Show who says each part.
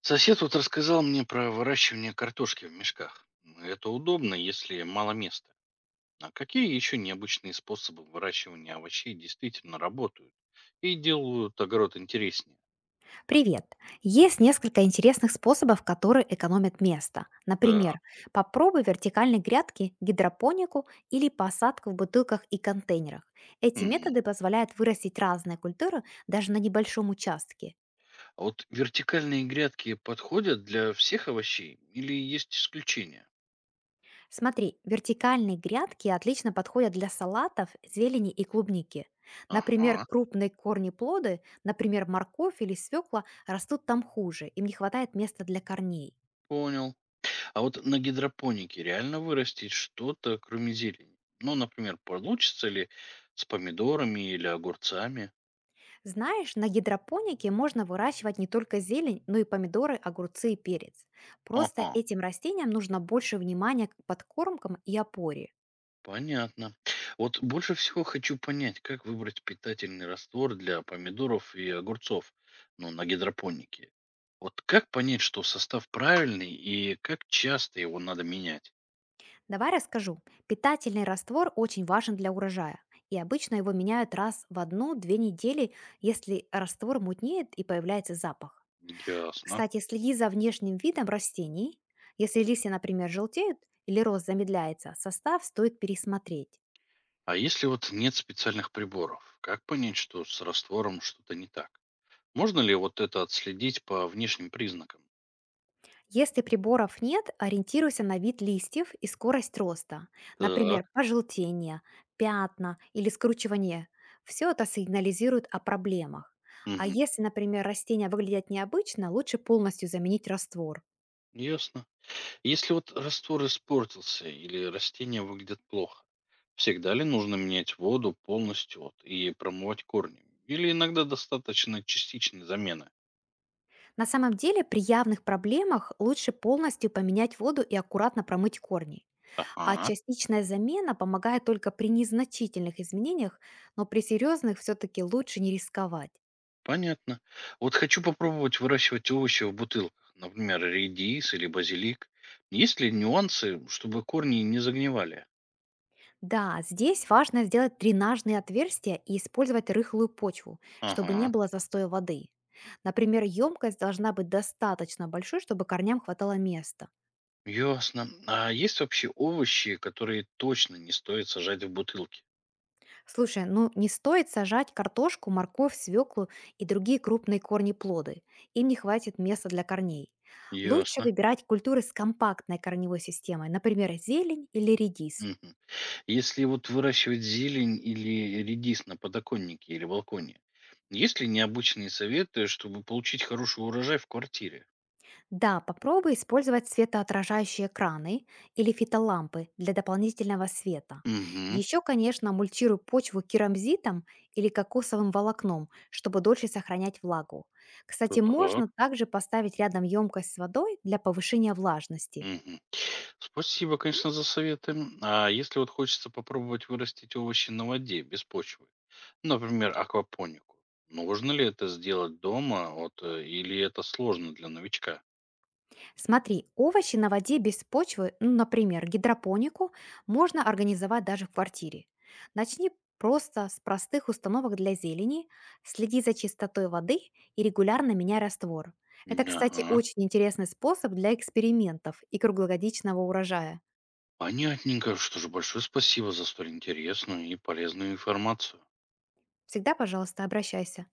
Speaker 1: Сосед вот рассказал мне про выращивание картошки в мешках. Ну, это удобно, если мало места. А какие еще необычные способы выращивания овощей действительно работают и делают огород интереснее?
Speaker 2: Привет! Есть несколько интересных способов, которые экономят место.
Speaker 1: Так,
Speaker 2: Например, попробуй вертикальные грядки, гидропонику или посадку в бутылках и контейнерах. Эти
Speaker 1: мгм.
Speaker 2: методы позволяют вырастить разные культуры даже на небольшом участке.
Speaker 1: А вот вертикальные грядки подходят для всех овощей или есть исключения?
Speaker 2: Смотри, вертикальные грядки отлично подходят для салатов, зелени и клубники. Например,
Speaker 1: Ага,
Speaker 2: крупные корни плоды, например, морковь или свекла, растут там хуже, им не хватает места для корней.
Speaker 1: понял. А вот на гидропонике реально вырастить что-то, кроме зелени? Ну, например, получится ли с помидорами или огурцами?
Speaker 2: Знаешь, на гидропонике можно выращивать не только зелень, но и помидоры, огурцы и перец. Просто
Speaker 1: Ага.
Speaker 2: этим растениям нужно больше внимания к подкормкам и опоре.
Speaker 1: Понятно. Вот больше всего хочу понять, как выбрать питательный раствор для помидоров и огурцов, ну, на гидропонике. Вот как понять, что состав правильный и как часто его надо менять?
Speaker 2: Давай расскажу. Питательный раствор очень важен для урожая. И обычно его меняют раз в одну-две недели, если раствор мутнеет и появляется запах.
Speaker 1: Ясно.
Speaker 2: Кстати, следи за внешним видом растений. Если листья, например, желтеют или рост замедляется, состав стоит пересмотреть.
Speaker 1: А если вот нет специальных приборов, как понять, что с раствором что-то не так? Можно ли вот это отследить по внешним признакам?
Speaker 2: Если приборов нет, ориентируйся на вид листьев и скорость роста.
Speaker 1: Так.
Speaker 2: Например, пожелтение, пятна или скручивание. Все это сигнализирует о проблемах. А
Speaker 1: Мгм.
Speaker 2: если, например, растения выглядят необычно, лучше полностью заменить раствор.
Speaker 1: Ясно. Если вот раствор испортился или растения выглядят плохо, всегда ли нужно менять воду полностью вот и промывать корни? Или иногда достаточно частичной замены?
Speaker 2: На самом деле, при явных проблемах лучше полностью поменять воду и аккуратно промыть корни. А
Speaker 1: Ага,
Speaker 2: частичная замена помогает только при незначительных изменениях, но при серьезных все-таки лучше не рисковать.
Speaker 1: понятно. Вот хочу попробовать выращивать овощи в бутылках, например, редис или базилик. Есть ли нюансы, чтобы корни не загнивали?
Speaker 2: Да, здесь важно сделать дренажные отверстия и использовать рыхлую почву, чтобы не
Speaker 1: Ага,
Speaker 2: было застоя воды. Например, емкость должна быть достаточно большой, чтобы корням хватало места.
Speaker 1: ясно. А есть вообще овощи, которые точно не стоит сажать в бутылки?
Speaker 2: Слушай, ну не стоит сажать картошку, морковь, свеклу и другие крупные корни плоды. Им не хватит места для корней. Лучше
Speaker 1: Ясно.
Speaker 2: выбирать культуры с компактной корневой системой, например, зелень или редис.
Speaker 1: Мгм. Если вот выращивать зелень или редис на подоконнике или балконе, есть ли необычные советы, чтобы получить хороший урожай в квартире?
Speaker 2: Да, попробуй использовать светоотражающие экраны или фитолампы для дополнительного света.
Speaker 1: Угу.
Speaker 2: Еще, конечно, мульчируй почву керамзитом или кокосовым волокном, чтобы дольше сохранять влагу. Кстати,
Speaker 1: Так.
Speaker 2: можно также поставить рядом емкость с водой для повышения влажности.
Speaker 1: Мгм. Спасибо, конечно, за советы. А если вот хочется попробовать вырастить овощи на воде, без почвы, например, аквапонику, нужно ли это сделать дома вот, или это сложно для новичка?
Speaker 2: Смотри, овощи на воде без почвы, ну, например, гидропонику, можно организовать даже в квартире. Начни просто с простых установок для зелени, следи за чистотой воды и регулярно меняй раствор. Это, кстати,
Speaker 1: Ага.
Speaker 2: очень интересный способ для экспериментов и круглогодичного урожая.
Speaker 1: Понятненько. Что же, большое спасибо за столь интересную и полезную информацию.
Speaker 2: Всегда, пожалуйста, обращайся.